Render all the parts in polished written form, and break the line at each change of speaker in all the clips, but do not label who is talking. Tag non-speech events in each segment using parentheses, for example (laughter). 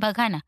बघा ना,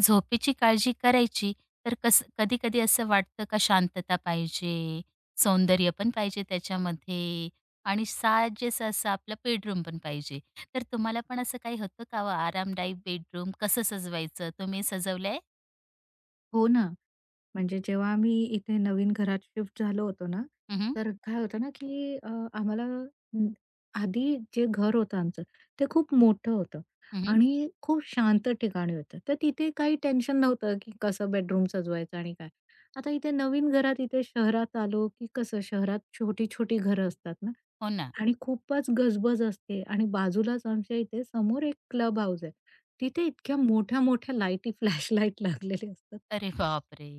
झोपेची काळजी करायची, तर कसं कधी-कधी असं वाटतं का शांतता पाहिजे, सौंदर्य पण पाहिजे त्याच्यामध्ये आणि साजेसं असं आपलं बेडरूम पण पाहिजे. तर तुम्हाला पण असं काही होतं का हो आरामदायी बेडरूम कसं सजवायचं? तुम्ही सजवलंय?
हो ना. म्हणजे जेव्हा आम्ही इथे नवीन घरात शिफ्ट झालो होतो ना,
हं, हं.
तर काय होतं ना, की आम्हाला अं, आधी जे घर होतं आमचं, ते खूप मोठं होतं आणि खूप शांत ठिकाणी होतं. तर तिथे काही टेन्शन नव्हतं, की कसं बेडरूम सजवायचं आणि काय. आता इथे नवीन घरात, इथे शहरात आलो, की कसं शहरात छोटी-छोटी घरं असतात ना
हो ना.
आणि खूपच गजबज असते आणि बाजूलाच आमच्या इथे समोर एक क्लब हाऊस आहे. तिथे इतक्या मोठ्या-मोठ्या लाईटी, फ्लॅशलाईट लागलेले असतात.
अरे बापरे!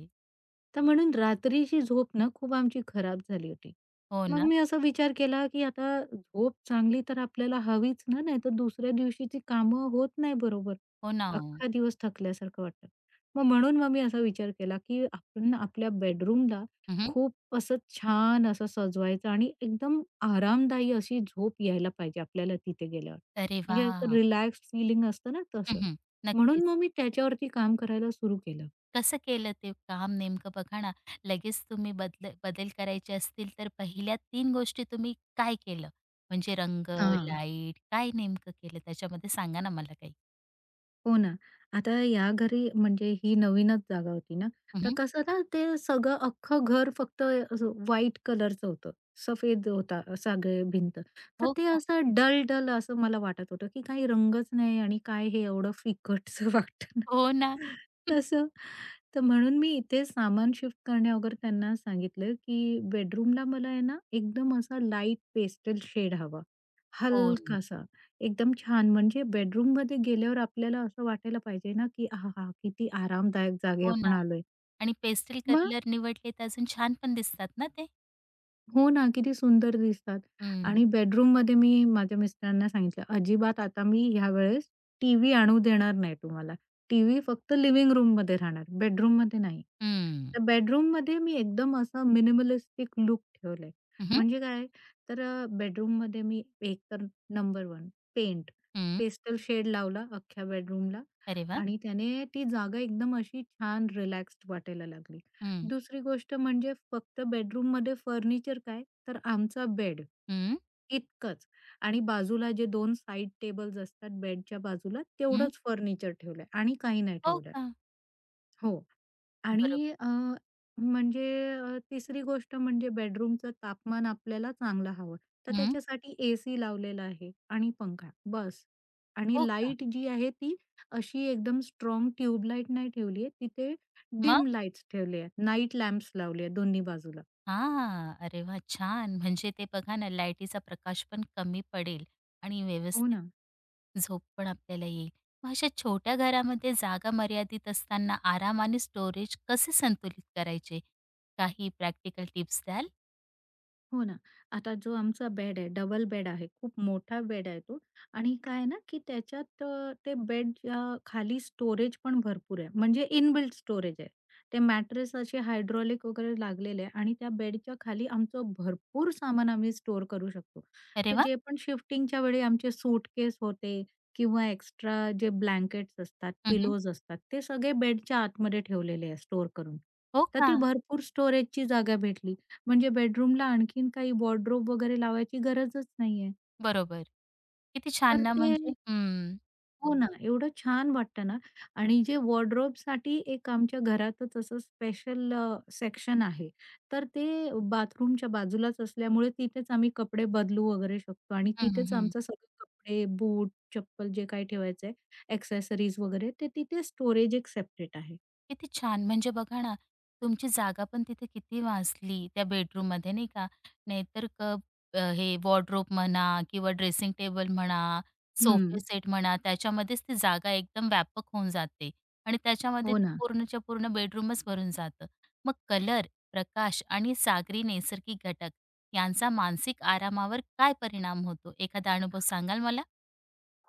तर म्हणून रात्रीची झोप ना खूप आमची खराब झाली होती.
हो
मग
ना.
मी असा विचार केला, की आता झोप चांगली तर आपल्याला हवीच ना, नाहीतर दुसऱ्या दिवशीची कामं होत नाही बरोबर.
हो ना ओ.
अख्खा दिवस थकल्यासारखं वाटतं. मग म्हणून मी असा विचार केला, की आपण ना आपल्या बेडरूमला
हं,
खूप असं छान असं सजवायचं आणि एकदम आरामदायी अशी झोप यायला पाहिजे आपल्याला तिथे गेल्यावर.
अरे
म्हणजे
वाह!
रिलॅक्स फीलिंग असतं ना तसं.
हं, नक्कीच.
म्हणून मग मी त्याच्यावरती काम करायला सुरू केलं.
कसं केलं ते काम नेमकं बघा ना, लगेच तुम्ही बदल बदल करायचे असतील तर पहिल्या 3 गोष्टी तुम्ही काय केलं? म्हणजे रंग,
हां.
लाईट काय नेमकं केलं त्याच्यामध्ये सांगा ना मला काही?
हो ना. आता या घरी म्हणजे ही नवीनच जागा होती ना, तर
हं,
कसं ना ते सगळं अख्खं घर फक्त असं व्हाईट कलरचं होतं. सफेद होता सगळे भिंत. तर
हो
ते
का?
असं डल-डल असं मला वाटत होतं, की काही रंगच नाही आणि काय हे एवढं फिकटसं वाटतं ना.
हो ना.
(laughs)
(laughs)
तसं तर म्हणून मी इथे सामान शिफ्ट करण्याअगोदर त्यांना सांगितलं, की बेडरूमला मला आहे ना, एकदम असा लाईट पेस्टल शेड हवा.
हो, न-
हलकासा, एकदम छान म्हणजे बेडरूममध्ये गेल्यावर आपल्याला असं वाटायला पाहिजे ना, की हा, आहाहा! किती आरामदायक जागी
हो
आपण
ना
आलोय.
आणि पेस्टल कलर निवडले तर अजून छान पण दिसतात ना ते.
हो ना, किती सुंदर दिसतात
हं,
आणि बेडरूममध्ये मी माझ्या मिस्टरांना सांगितलं, "अजिबात आता मी ह्यावेळेस टीव्ही आणू देणार नाही तुम्हाला. टीव्ही फक्त लिव्हिंग रूममध्ये राहणार, बेडरूममध्ये नाही."
हं.
तर बेडरूममध्ये मी एकदम असा मिनिमलिस्टिक लूक ठेवलाय.
हं, हं.
म्हणजे काय तर बेडरूममध्ये मी एक तर नंबर 1 पेंट, पेस्टल शेड लावला अख्ख्या बेडरूमला
अरे वाह!
आणि त्याने ती जागा एकदम अशी छान रिलॅक्स्ड वाटायला लागली.
हं,
दुसरी गोष्ट म्हणजे फक्त बेडरूममध्ये फर्निचर काय, तर आमचा बेड.
हं,
इतकंच आणि बाजूला जे दोन साइड टेबल्स असतात बेडच्या बाजूला
हं.
तेवढंच फर्निचर ठेवलंय आणि काही नाही
हो
ठेवलंय.
का?
हो. आणि
बरोबर.
म्हणजे तिसरी गोष्ट म्हणजे बेडरूमचं तापमान आपल्याला चांगलं हवं. तर
हं.
त्याच्यासाठी एसी लावलेला आहे आणि पंखा बस. आणि
हो का?
लाईट जी आहे ती अशी एकदम स्ट्रॉंग ट्यूब लाईट नाही ठेवली आहे. तिथे डिम लाईट्स ठेवले आहेत. नाईट लॅम्प्स लावले आहेत दोन्ही बाजूला.
हां. अरे वाह! छान. म्हणजे ते बघा ना, लाईटीचा प्रकाश पण कमी पडेल आणि
हो
व्यवस्थित
ना.
झोप पण आपल्याला येईल. मग अशा छोट्या घरामध्ये जागा मर्यादित असताना आराम आणि स्टोरेज कसे संतुलित करायचे? काही प्रॅक्टिकल टिप्स द्याल?
हो ना. आता जो आमचा बेड आहे, डबल बेड आहे. खूप मोठा बेड आहे तो आणि काय आहे ना, की त्याच्यात ते बेडच्या खाली स्टोरेज पण भरपूर आहे. म्हणजे इनबिल्ट स्टोरेज आहे. ते मॅट्रेस असे हायड्रॉलिक वगैरे लागलेले आहे आणि त्या बेडच्या खाली आमचं भरपूर सामान आम्ही स्टोअर करू शकतो.
अरे
तर
वाह!
जे पण शिफ्टिंगच्या वेळी आमचे सूटकेस होते किंवा एक्स्ट्रा जे ब्लँकेट्स असतात,
हं,
पिलोज असतात, ते सगळे बेडच्या आतमध्ये ठेवलेले आहे स्टोअर करून.
हो
तर
का?
ती भरपूर स्टोरेजची जागा भेटली. म्हणजे बेडरूमला आणखीन काही वॉर्डरोब वगैरे लावायची गरजच नाहीये.
बरोबर. किती छान
तर
ना
ते
म्हणजे. हं.
हो ना, एवढं छान वाटतं ना आणि जे वॉर्डरोबसाठी एक आमच्या घरातच असं स्पेशल सेक्शन आहे. तर ते बाथरूमच्या बाजूलाच असल्यामुळे तिथेच आम्ही कपडे बदलू वगैरे शकतो आणि
हं,
तिथेच
हं.
आमचं सगळे कपडे, बूट, चप्पल जे काही ठेवायचंय, एक्सेसरीज वगैरे ते तिथे स्टोरेज एक सेपरेट आहे.
किती छान! म्हणजे बघा ना, तुमची जागा पण तिथे किती वाचली त्या बेडरूममध्ये नाही का. नाहीतर क हे वॉर्डरोब म्हणा किंवा ड्रेसिंग टेबल म्हणा, हं. सोफा
हं.
सेट म्हणा, त्याच्यामध्येच ती जागा एकदम व्यापक होऊन जाते आणि त्याच्यामध्ये
हो
ते
ना.
पूर्णच्या पूर्ण बेडरूमच भरून जातं. मग कलर, प्रकाश आणि सागरी नैसर्गिक घटक यांचा मानसिक आरामावर काय परिणाम होतो? एखादा अनुभव सांगाल मला?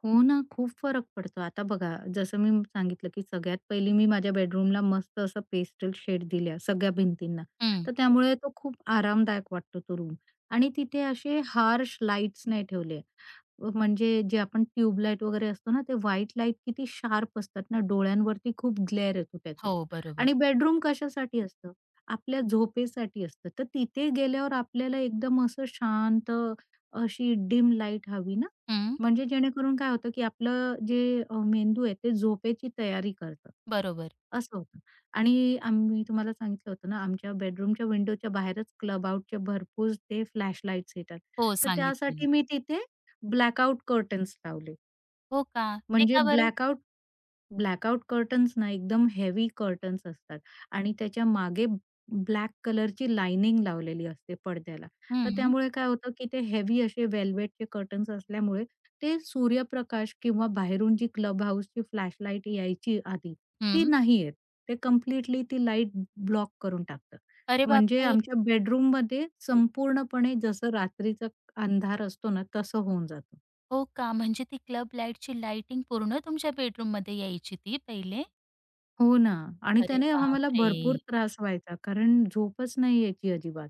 हो ना, खूप फरक पडतो. आता बघा, जसं मी सांगितलं, की सगळ्यात पहिली मी माझ्या बेडरूमला मस्त असं पेस्टल शेड दिल्या सगळ्या भिंतींना.
हं.
तर त्यामुळे तो खूप आरामदायक वाटतो तो रूम आणि तिथे असे हार्श लाईट्स नाही ठेवले. म्हणजे जे आपण ट्यूबलाईट वगैरे असतो ना, ते व्हाईट लाईट किती शार्प असतात ना, डोळ्यांवरती खूप ग्लेअर येतो त्याचा.
हो, बरोबर.
आणि बेडरूम कशासाठी असतं? आपल्या झोपेसाठी असतं. तर तिथे गेल्यावर आपल्याला एकदम असं शांत अशी डिम लाईट हवी ना,
हं,
म्हणजे जेणेकरून काय होतं, की आपलं जे मेंदू आहे ते झोपेची तयारी करतं.
बरोबर.
असं होतं. आणि आम्ही तुम्हाला सांगितलं होतं ना, आमच्या बेडरूमच्या विंडोच्या बाहेरच क्लब आउटचे भरपूर ते फ्लॅशलाईट्स येतात.
हो,
तर
सांगितलेलं.
त्यासाठी मी तिथे ब्लॅकआउट कर्टन्स लावले. हं.
हो का? ते
म्हणजे
का बरं?
ब्लॅकआउट ब्लॅकआउट कर्टन्स ना, एकदम हेवी कर्टन्स असतात आणि त्याच्या मागे ब्लॅक कलरची लायनिंग लावलेली असते पडद्याला.
हं,
तर
हं.
त्यामुळे काय होतं, की ते हेवी असे वेल्वेटचे कर्टन्स असल्यामुळे ते सूर्यप्रकाश किंवा बाहेरून जी क्लब हाऊसची फ्लॅशलाईट यायची आधी, ती नाही येत. ते कंप्लीटली ती लाईट ब्लॉक करून टाकतं.
अरे
म्हणजे
बापरे!
आमच्या बेडरूममध्ये संपूर्णपणे जसं रात्रीचा अंधार असतो ना, तसं होऊन जातं.
हो का? म्हणजे ती क्लब लाईटची लाइटिंग पूर्ण तुमच्या बेडरूममध्ये यायची ती पहिले?
हो ना आणि
अरे
त्याने आम्हाला
बापरे!
भरपूर त्रास व्हायचा कारण झोपच नाही यायची अजिबात.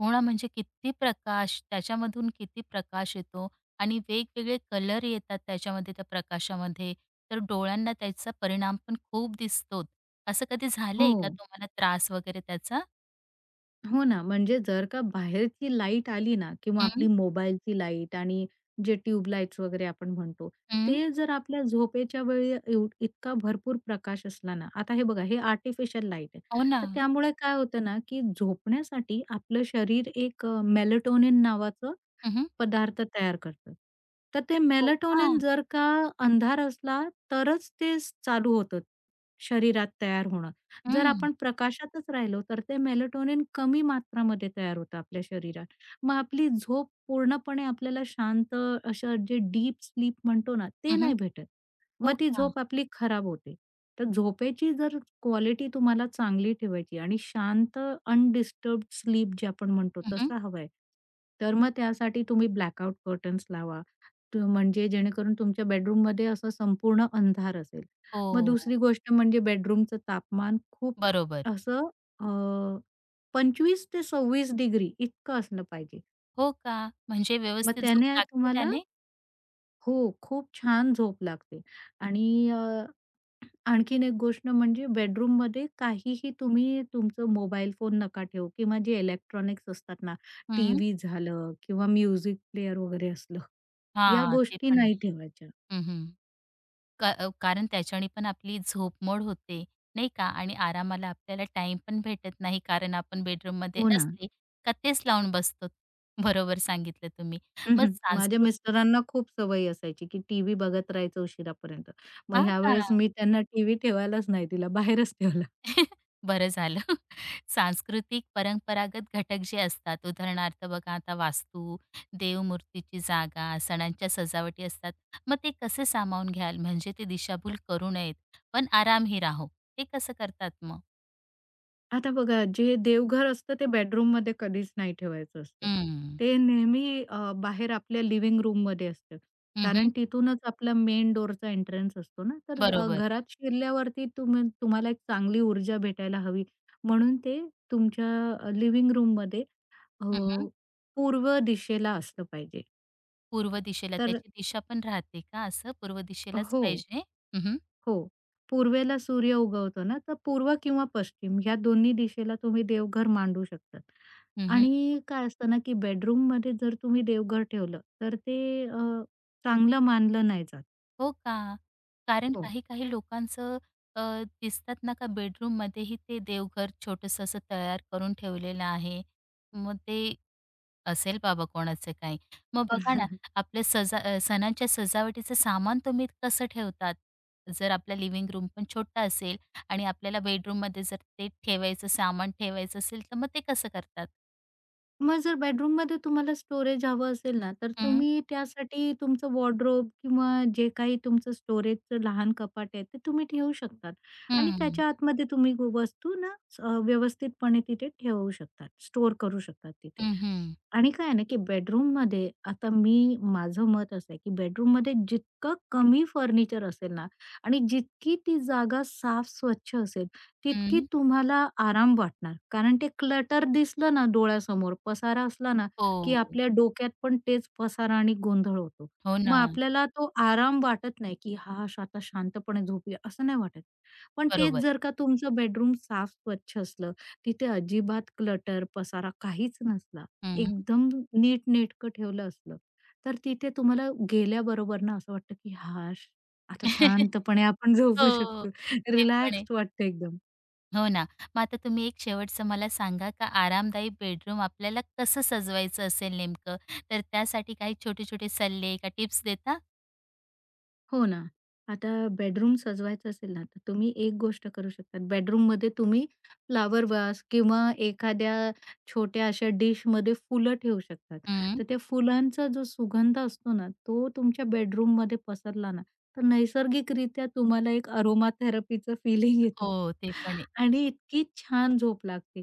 हो ना, म्हणजे किती प्रकाश त्याच्यामधून किती प्रकाश येतो आणि वेगवेगळे कलर येतात त्याच्यामध्ये त्या प्रकाशामध्ये. तर डोळ्यांना त्याचा परिणाम पण खूप दिसतो. असं कधी
हो.
झालंय का तुम्हाला त्रास वगैरे त्याचा?
हो ना, म्हणजे जर का बाहेरची लाईट आली ना किंवा
हं,
आपली मोबाईलची लाईट आणि जे ट्यूबलाइट्स वगैरे आपण म्हणतो,
हं.
ते जर आपल्या झोपेच्या वेळी इतका भरपूर प्रकाश असला ना, आता हे बघा हे आर्टिफिशियल लाईट आहे.
हो ना.
तर त्यामुळे काय होतं ना, की झोपण्यासाठी आपलं शरीर एक नावाचं
हं, हं.
पदार्थ तयार करतं. तर ते
हो का?
मेलाटोनिन जर का अंधार असला तरच ते चालू होतं शरीरात तयार होणं. जर
हं,
आपण प्रकाशातच राहिलो तर ते मेलाटोनिन कमी मात्रामध्ये तयार होतं आपल्या शरीरात. मग आपली झोप पूर्णपणे आपल्याला शांत अशा जे डीप स्लीप म्हणतो ना, ते
हं, हं.
नाही भेटत. मग
हो
ती
का?
झोप आपली खराब होते. तर झोपेची जर क्वालिटी तुम्हाला चांगली ठेवायची आणि शांत अनडिस्टर्ब्ड स्लीप जे आपण म्हणतो
हं, हं.
तसा हवाय. तर मग त्यासाठी तुम्ही ब्लॅकआउट कर्टन्स लावा. म्हणजे जेणेकरून तुमच्या बेडरूममध्ये असा संपूर्ण अंधार असेल. मग
हो,
दुसरी गोष्ट म्हणजे बेडरूमचं तापमान खूप
बरोबर.
असं अ, 25 ते 26 डिग्री इतकं असलं पाहिजे.
हो का? म्हणजे
मग
व्यवस्थित झोप
त्याने
लागते
तुम्हाला
त्याने?
हो, खूप छान झोप लागते आणि आणखीन एक गोष्ट म्हणजे बेडरूममध्ये काहीही तुम्ही तुमचं मोबाईल फोन नका ठेवू किंवा जे इलेक्ट्रॉनिक्स असतात ना,
हं.
टीव्ही झालं किंवा म्युझिक प्लेअर वगैरे असलं, या
हां, ते
गोष्टी
पण आहे.
नाही ठेवायच्या.
हं, हं. कारण त्याच्याने पण आपली झोप मोड होते, नाही का? आणि आरामाला आपल्याला टाईम पण भेटत नाही, कारण आपण बेडरूममध्ये
हो ना.
असले का तेच लावून बसतो. बरोबर सांगितलं तुम्ही.
हं,
मग
हं. माझ्या
सांस्कृत
मिस्टरांना खूप सवय असायची, की टीव्ही बघत राहायचं उशिरापर्यंत. मग
हां का?
ह्यावेळेस मी त्यांना टीव्ही ठेवायलाच नाही दिला, बाहेरच ठेवला.
(laughs) बरं झालं. (laughs) सांस्कृतिक परंपरागत घटक जे असतात, उदाहरणार्थ बघा आता वास्तू, देवमूर्तीची जागा, सणांच्या सजावटी असतात. मग ते कसे सामावून घ्याल? म्हणजे ते दिशाभूल करू नयेत, पण आरामही राहो. ते कसं करतात मग?
आता बघा, जे देवघर असतं ते बेडरूममध्ये कधीच नाही ठेवायचं असतं.
हं.
ते नेहमी बाहेर आपल्या लिव्हिंग रूममध्ये असतं.
हं,
कारण तिथूनच आपला मेन डोअरचा एंट्रन्स असतो ना, तर
बरोबर.
घरात शिरल्यावरती तुम्ही तुम्हाला एक चांगली ऊर्जा भेटायला हवी, म्हणून ते तुमच्या लिव्हिंग रूममध्ये अ,
हं,
पूर्व दिशेला असलं पाहिजे.
पूर्व दिशेला
तर
त्याची दिशा पण राहते का असं? पूर्व दिशेलाच
हो.
पाहिजे? हं, हं.
हो. पूर्वेला सूर्य उगवतो ना, तर पूर्व किंवा पश्चिम ह्या दोन्ही दिशेला तुम्ही देवघर मांडू शकतात. आणि काय असतं ना, की बेडरूममध्ये जर तुम्ही देवघर ठेवलं, तर ते चांगलं मानलं नाही जात.
हो का? कारण
हो.
काही-काही लोकांचं अ, दिसतात ना का बेडरूममध्येही ते देवघर छोटंसं असं तयार करून ठेवलेलं आहे. मग ते असेल बाबा कोणाचं काही. मग बघा ना, आपल्या सणांच्या सजावटीचं सामान तुम्ही कसं ठेवतात? जर आपला लिव्हिंग रूम पण छोटा असेल आणि आपल्याला बेडरूममध्ये जर ते ठेवायचं सामान ठेवायचं असेल, तर मग ते कसं करतात?
मग जर बेडरूममध्ये तुम्हाला स्टोरेज हवं असेल ना, तर
हं,
तुम्ही त्यासाठी तुमचं वॉर्डरोब किंवा जे काही तुमचं स्टोरेजचं लहान कपाट आहे, ते तुम्ही ठेवू शकतात आणि
हं,
त्याच्या आतमध्ये तुम्ही वस्तू ना व्यवस्थितपणे तिथे ठेवू शकतात, स्टोअर करू शकतात तिथे.
हं, हं,
आणि काय आहे ना, की बेडरूममध्ये आता मी माझं मत असं आहे, की बेडरूममध्ये जितकं कमी फर्निचर असेल ना आणि जितकी ती जागा साफ स्वच्छ असेल तितकी
हं.
तुम्हाला आराम वाटणार. कारण ते क्लटर दिसलं ना डोळ्यासमोर, पसारा असला ना, की
हो,
आपल्या डोक्यात पण तेच पसारा आणि गोंधळ होतो.
हो
मग
ना.
आपल्याला तो आराम वाटत नाही, की "हां, आता शांतपणे झोपूया," असं नाही वाटत. पण तेच
बरोबर.
जर का तुमचं बेडरूम साफ स्वच्छ असलं, तिथे अजिबात क्लटर, पसारा काहीच नसला,
हं.
एकदम नीटनेटकं ठेवलं असलं, तर तिथे तुम्हाला गेल्याबरोबर ना असं वाटतं, की "हां, आता
(laughs)
शांतपणे आपण झोपू
हो,
शकतो."
ते पण आहे.
रिलॅक्स्ड वाटतं एकदम.
हो ना. मग आता तुम्ही एक शेवटचं मला सांगा का आरामदायी बेडरूम आपल्याला कसं सजवायचं असेल नेमकं? तर त्यासाठी काही छोटे-छोटे सल्ले का टिप्स देता?
हो ना. आता बेडरूम सजवायचं असेल ना, तर तुम्ही एक गोष्ट करू शकता. बेडरूममध्ये तुम्ही फ्लॉवर वास किंवा एखाद्या छोट्या अशा डिशमध्ये फुलं ठेवू शकतात.
हं.
तर त्या फुलांचा जो सुगंध असतो ना, तो तुमच्या बेडरूममध्ये पसरला ना, तर नैसर्गिकरित्या तुम्हाला एक अरोमा थेरपीचं फीलिंग येतं
हो, ते पण आहे.
आणि इतकी छान झोप लागते.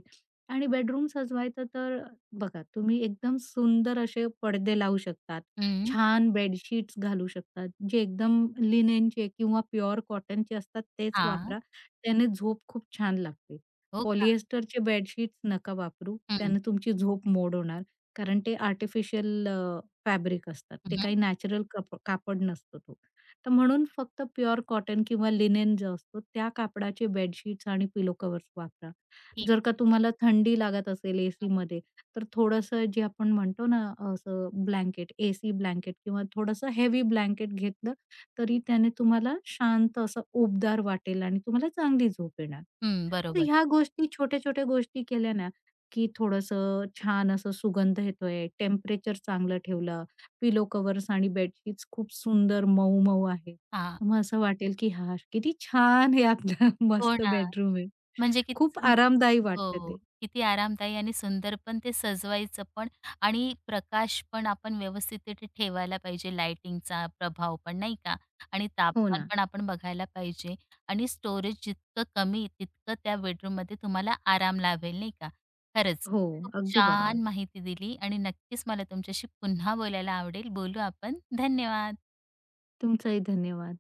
आणि बेडरूम सजवायचं तर बघा, तुम्ही एकदम सुंदर असे पडदे लावू शकता.
हं.
छान बेडशीट्स घालू शकतात, जे एकदम लिनेनचे किंवा प्युअर कॉटनचे असतात तेच
हां.
वापरा. त्याने झोप खूप छान लागते.
हो का?
पॉलिएस्टरचे बेडशीट्स नका वापरू.
हं.
त्याने तुमची झोप मोड होणार. कारण ते आर्टिफिशियल फॅब्रिक असतात.
हं,
ते
हं.
काही नॅचरल कापड नसतो तो. तर म्हणून फक्त प्युअर कॉटन किंवा लिनेन जो असतो त्या कापडाचे बेडशीट्स आणि पिलो कव्हर्स वापरा.
ठीक.
जर का तुम्हाला थंडी लागत असेल एसीमध्ये, तर थोडंसं जे आपण म्हणतो ना, असं ब्लँकेट, एसी ब्लँकेट किंवा थोडंसं हेवी ब्लँकेट घेतलं, तरी त्याने तुम्हाला शांत असं उबदार वाटेल आणि तुम्हाला चांगली झोप येणार.
हं,
तर
बरोबर.
ह्या गोष्टी, छोट्या-छोट्या गोष्टी केल्या ना, की थोडंसं छान असं सुगंध येतोय, टेम्परेचर चांगलं ठेवलं, पिलो कव्हर्स आणि बेडशीट्स खूप सुंदर मऊ-मऊ आहे.
हां.
तर मग असं वाटेल की "हां, किती छान हे आपलं (laughs)
हो
मस्त
ना.
बेडरूम आहे."
म्हणजे किती
खूप
सुंदर
आरामदायी वाटतं
हो,
ते.
किती आरामदायी आणि सुंदर पण ते सजवायचं पण आणि प्रकाश पण आपण व्यवस्थित तिथे ठेवायला पाहिजे, लाइटिंगचा प्रभाव पण नाही का? आणि
हो
तापमान
ना.
पण आपण बघायला पाहिजे आणि स्टोरेज जितकं कमी तितकं त्या बेडरूममध्ये तुम्हाला आराम लाभेल नाही का? खरंच
हो,
खूप
अगदी बरोबर.
छान माहिती दिली आणि नक्कीच मला तुमच्याशी पुन्हा बोलायला आवडेल. बोलू आपण. धन्यवाद.
तुमचाही धन्यवाद.